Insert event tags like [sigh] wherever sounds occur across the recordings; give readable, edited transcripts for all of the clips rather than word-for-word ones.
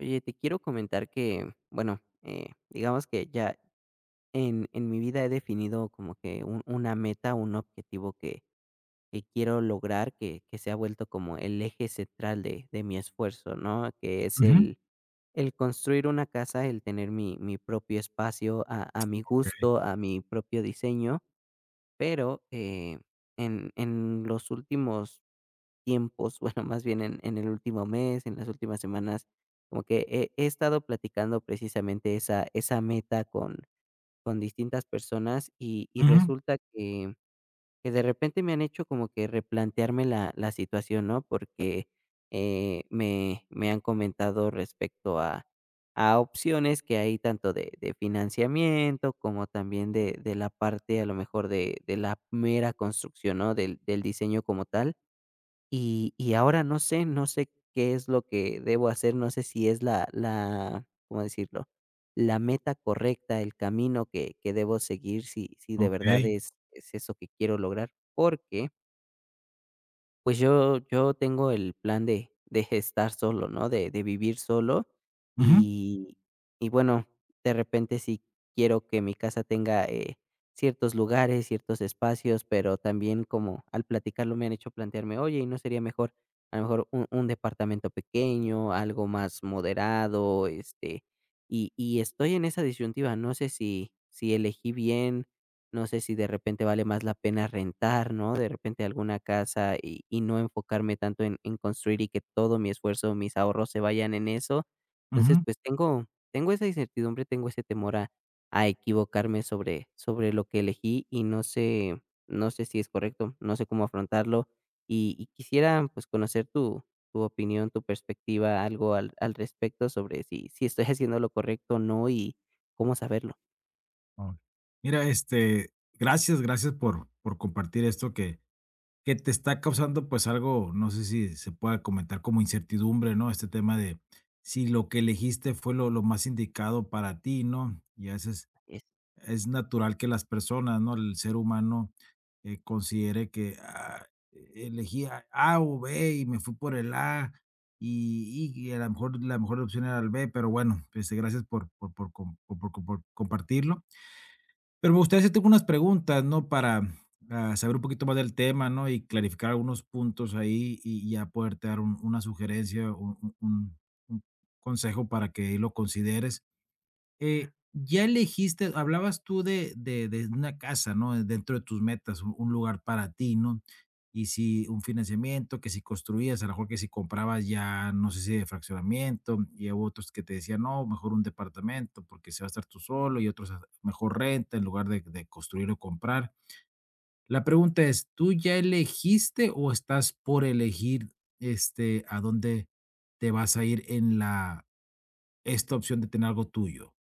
Oye, te quiero comentar que, bueno, digamos que ya en mi vida he definido como que una meta, un objetivo que quiero lograr, que se ha vuelto como el eje central de mi esfuerzo, ¿no? Que es Ujú, el construir una casa, el tener mi propio espacio a mi okey, gusto, a mi propio diseño, pero en los últimos tiempos, bueno, más bien en el último mes, en las últimas semanas, como que he estado platicando precisamente esa meta con distintas personas y ujú, resulta que de repente me han hecho como que replantearme la situación, ¿no? Porque me han comentado respecto a opciones que hay tanto de financiamiento como también de la parte a lo mejor de la mera construcción, ¿no? Del diseño como tal y ahora no sé, no sé qué es lo que debo hacer, no sé si es la, ¿cómo decirlo?, la meta correcta, el camino que debo seguir, si de verdad okey, es eso que quiero lograr, porque pues yo tengo el plan de [laughs] estar solo, ¿no? De vivir solo ujú, y bueno, de repente sí quiero que mi casa tenga, ciertos lugares, ciertos espacios, pero también como al platicarlo me han hecho plantearme: "Oye, ¿y no sería mejor, a lo mejor, un departamento pequeño, algo más moderado?", este, y estoy en esa disyuntiva, no sé si elegí bien. No sé si de repente vale más la pena rentar, ¿no? De repente alguna casa y no enfocarme tanto en construir y que todo mi esfuerzo, mis ahorros se vayan en eso. Entonces, ujú. pues tengo esa incertidumbre, tengo ese temor a equivocarme sobre lo que elegí y no sé, no sé si es correcto, no sé cómo afrontarlo y quisiera pues conocer tu opinión, tu perspectiva, algo al respecto sobre si, si estoy [laughs] haciendo lo correcto o no y cómo saberlo. Oh, mira, este, gracias por compartir esto que te está causando, pues, algo, no sé si se pueda comentar como incertidumbre, ¿no? Este tema de si lo que elegiste fue lo más indicado para ti, ¿no? Y a veces es natural que las personas, ¿no? El ser humano considere que elegí a, A o B y me fui por el A y a lo mejor la mejor opción era el B, pero bueno, pues, gracias por compartirlo. Pero me gustaría hacerte unas preguntas, ¿no? Para saber un poquito más del tema, ¿no? Y clarificar algunos puntos ahí y ya poderte dar una sugerencia, un consejo para que lo consideres. Ya elegiste, hablabas tú de una casa, ¿no? Dentro de tus metas, un lugar para ti, ¿no? Y si un financiamiento, que si construías, a lo mejor que si comprabas ya, no sé si de fraccionamiento, y hubo otros que te decían, no, mejor un departamento porque se va a estar tú solo, y otros, mejor renta en lugar de construir o comprar. La pregunta es, ¿tú ya elegiste o estás por elegir, este, a dónde te vas a ir en la esta opción de tener algo tuyo?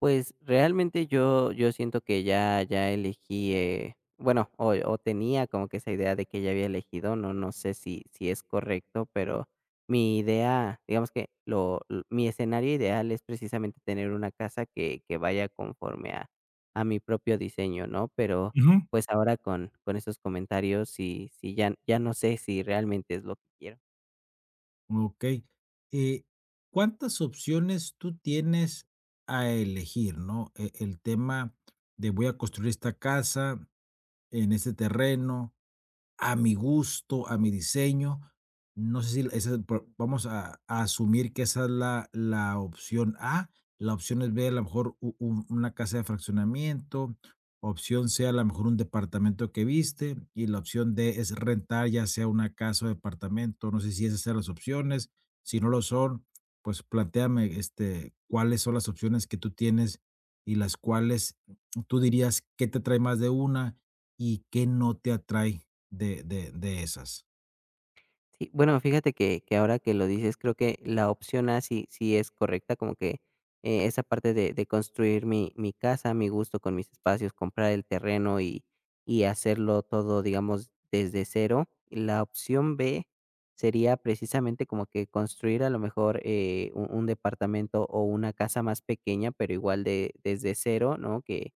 Pues, realmente yo siento que ya elegí, bueno, o tenía como que esa idea de que ya había elegido, no sé si es correcto, pero mi idea, digamos que lo l mi escenario ideal es precisamente tener una casa que vaya conforme a mi propio diseño, ¿no? Pero, pues, ahora con esos comentarios sí ya no sé si realmente es lo que quiero. Ok. eh, ¿Cuántas opciones tú tienes a elegir, no? El tema de voy a construir esta casa en este terreno, a mi gusto, a mi diseño. No sé si esa es el vamos a asumir que esa es la opción A, la opción es B, a lo mejor u un una casa de fraccionamiento, opción C, a lo mejor un departamento que viste, y la opción D es rentar, ya sea una casa o departamento, no sé si esas sean las opciones, si no lo son, pues plantéame, este, cuáles son las opciones que tú tienes y las cuales tú dirías qué te atrae más de una y qué no te atrae. De esas. Sí, bueno, fíjate que ahora que lo dices, creo que la opción A sí es correcta, como que, esa parte de construir mi casa a mi gusto, con mis espacios, comprar el terreno y hacerlo todo, digamos, desde cero. Y la opción B sería precisamente como que construir a lo mejor, un departamento o una casa más pequeña, pero igual de desde cero, ¿no?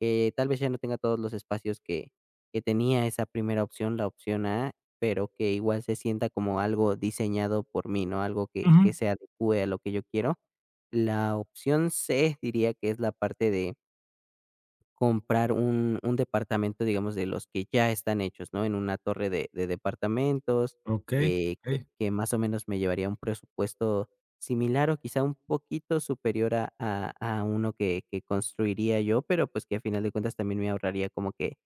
Que tal vez ya no tenga todos los espacios que tenía esa primera opción, la opción A, pero que igual se sienta como algo diseñado por mí, ¿no? Algo que Ujú. Se adecue a lo que yo quiero. La opción C diría que es la parte de comprar un departamento, digamos, de los que ya están hechos, ¿no? En una torre de departamentos, Okey, que okey. Más o menos me llevaría un presupuesto similar o quizá un poquito superior a uno que construiría yo, pero, pues, que a final de cuentas también me ahorraría como que,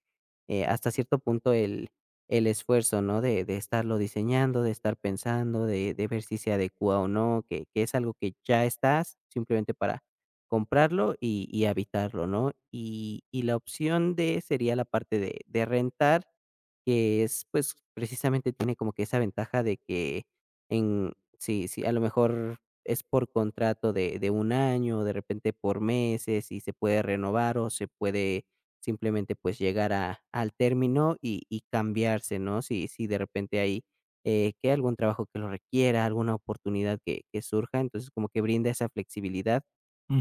hasta cierto punto el esfuerzo, ¿no? De estarlo diseñando, de estar pensando, de ver si se adecúa o no, que es algo que ya estás, simplemente para comprarlo y habitarlo, ¿no? Y la opción D sería la parte de rentar, que es, pues, precisamente tiene como que esa ventaja de que en si a lo mejor es por contrato de un año, de repente por meses, y se puede renovar o se puede simplemente, pues, llegar a al término y cambiarse, ¿no? Si de repente hay, que algún trabajo que lo requiera, alguna oportunidad que surja, entonces como que brinda esa flexibilidad.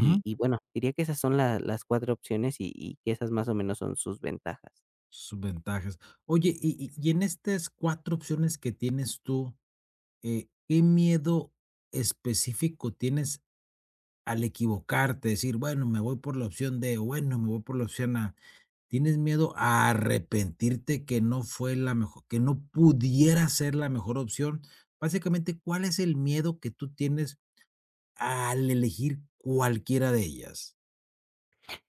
Y bueno, diría que esas son la las 4 opciones y que esas más o menos son sus ventajas. Sus ventajas. Oye, y en estas 4 opciones que tienes tú, ¿qué miedo específico tienes al equivocarte? Decir, bueno, me voy por la opción D, bueno, me voy por la opción A. ¿Tienes miedo a arrepentirte que no pudiera ser la mejor opción? Básicamente, ¿cuál es el miedo que tú tienes al elegir cualquiera de ellas?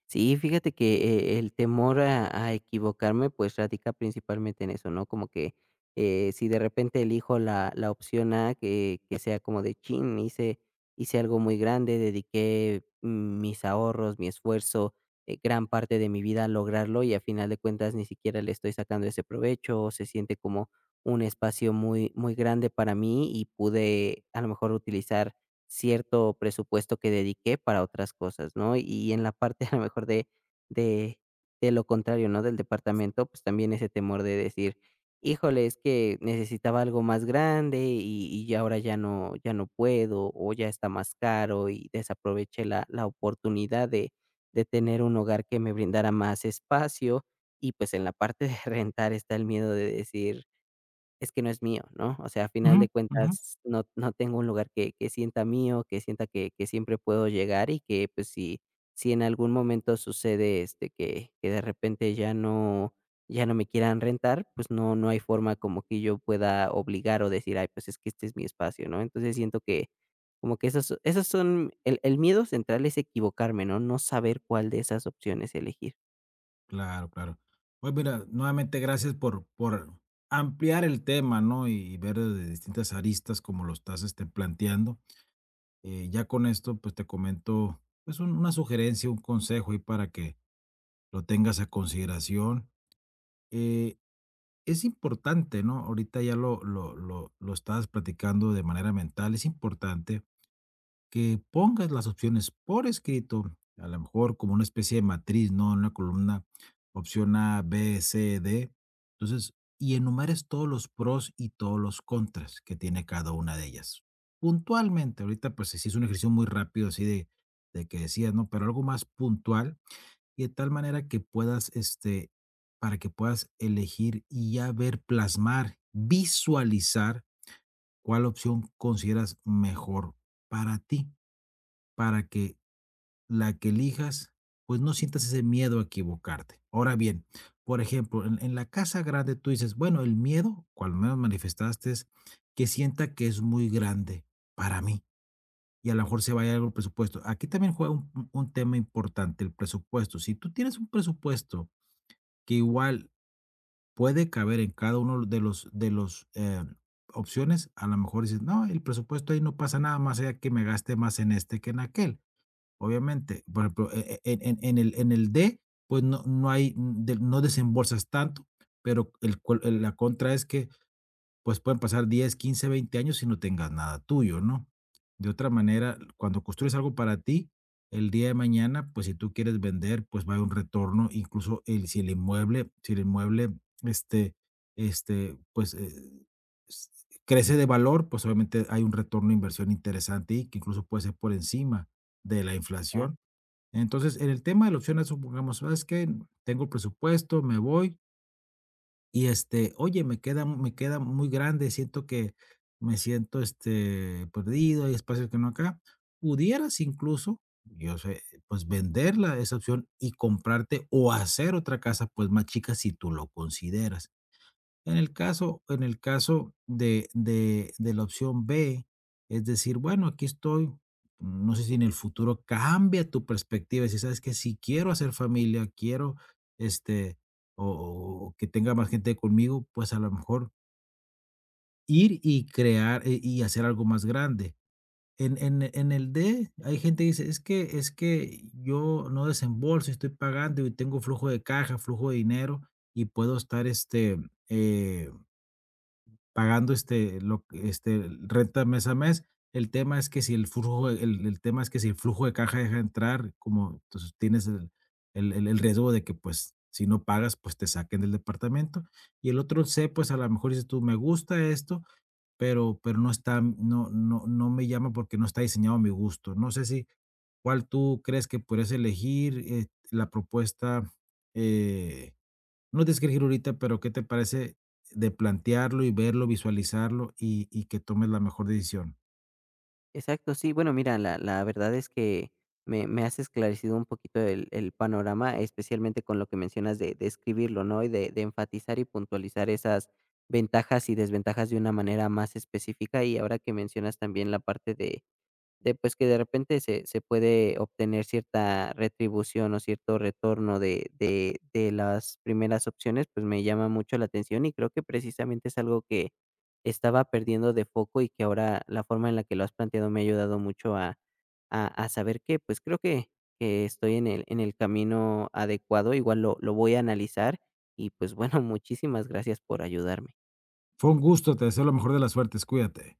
Sí, fíjate que, el temor a equivocarme, pues, radica principalmente en eso, ¿no? Como que, si de repente elijo la opción A, que sea como de: "Chin, hice algo muy grande, dediqué mis ahorros, mi esfuerzo, gran parte de mi vida a lograrlo, y a final de cuentas ni siquiera le estoy sacando ese provecho", o se siente como un espacio muy muy grande para mí, y pude, a lo mejor, utilizar cierto presupuesto que dediqué para otras cosas, ¿no? Y en la parte a lo mejor de de lo contrario, ¿no? Del departamento, pues también ese temor de decir: "Híjole, es que necesitaba algo más grande y ya ahora ya no puedo, o ya está más caro", y desaproveché la oportunidad de tener un hogar que me brindara más espacio. Y, pues, en la parte de [laughs] rentar está el miedo de decir: es que no es mío, ¿no? O sea, a final Ujú, de ujú. cuentas, no tengo un lugar que sienta mío, que sienta que siempre puedo llegar y que, pues, si si en algún momento sucede, este, que de repente ya no ya no me quieran rentar, pues, no hay forma como que yo pueda obligar o decir: "Ay, pues, es que este es mi espacio", ¿no? Entonces, siento que como que esos son el miedo central, es equivocarme, ¿no? No saber cuál de esas opciones elegir. Claro, claro. Pues mira, nuevamente gracias por ampliar el tema, ¿no? Y ver desde distintas aristas como lo estás este, planteando. Ya con esto, pues te comento, pues una sugerencia, un consejo ahí para que lo tengas a consideración. Eh, es importante, ¿no? Ahorita ya lo estabas platicando de manera mental, es importante que pongas las opciones por escrito, a lo mejor como una especie de matriz, ¿no? Una columna, opción A, B, C, D. Entonces, y enumeres todos los pros y todos los contras que tiene cada una de ellas. Puntualmente, ahorita pues sí es un ejercicio muy rápido, así de que decías, ¿no? Pero algo más puntual y de tal manera que puedas, este, para que puedas elegir y ya ver, plasmar, visualizar cuál opción consideras mejor para ti. Para que la que elijas, pues, no sientas ese miedo a equivocarte. Ahora bien, por ejemplo, en la casa grande tú dices: "Bueno, el miedo", o al menos manifestaste, es que sienta que es muy grande para mí, y a lo mejor se vaya algo el presupuesto. Aquí también juega un tema importante, el presupuesto. Si tú tienes un presupuesto que igual puede caber en cada uno de los opciones, a lo mejor dices: "No, el presupuesto ahí no pasa nada más allá que me gaste más en este que en aquel". Obviamente, por ejemplo, en el D, pues no hay, de no desembolsas tanto, pero la contra es que, pues, pueden pasar 10 15 20 años y no tengas nada tuyo, ¿no? De otra manera, cuando construyes algo para ti, el día de mañana, pues, si tú quieres vender, pues, va a haber un retorno, incluso el si el inmueble, este pues, s crece de valor, pues, obviamente hay un retorno de inversión interesante y que incluso puede ser por encima de la inflación. Entonces, en el tema de la opción supongamos, ¿sabes qué? Tengo el presupuesto, me voy y, este, oye, me queda muy grande, siento que me siento, este, perdido, hay espacios que no acá. Pudieras incluso, yo sé, pues, venderla esa opción y comprarte o hacer otra casa, pues, más chica si tú lo consideras. En el caso de la opción B, es decir, bueno, aquí estoy, no sé si en el futuro cambia tu perspectiva, si sabes que si quiero hacer familia, quiero, este, o que tenga más gente conmigo, pues, a lo mejor ir y crear, y hacer algo más grande. En el D, hay gente que dice: "Es que yo no desembolso, estoy pagando y tengo flujo de caja, flujo de dinero, y puedo estar, este, eh" pagando, este, renta mes a mes. El tema es que si el flujo de caja deja de entrar, como entonces tienes el riesgo de que, pues, si no pagas, pues, te saquen del departamento. Y el otro C, pues, a lo mejor dices tú: "Me gusta esto, pero no me llama porque no está diseñado a mi gusto". No sé si, ¿cuál tú crees que podrías elegir? La propuesta, eh no tienes que elegir ahorita, pero ¿qué te parece de plantearlo y verlo, visualizarlo y que tomes la mejor decisión? Exacto, sí. Bueno, mira, la verdad es que me has esclarecido un poquito el panorama, especialmente con lo que mencionas de escribirlo, ¿no? Y de enfatizar y puntualizar esas ventajas y desventajas de una manera más específica. Y ahora que mencionas también la parte de, pues, que de repente se puede obtener cierta retribución o cierto retorno de las primeras opciones, pues, me llama mucho la atención y creo que precisamente es algo que estaba perdiendo de foco y que ahora la forma en la que lo has planteado me ha ayudado mucho a saber que, pues, creo que estoy en el camino adecuado, igual lo voy a analizar y, pues, bueno, [laughs] muchísimas gracias por ayudarme. Fue un gusto, te deseo la mejor de las suertes, cuídate.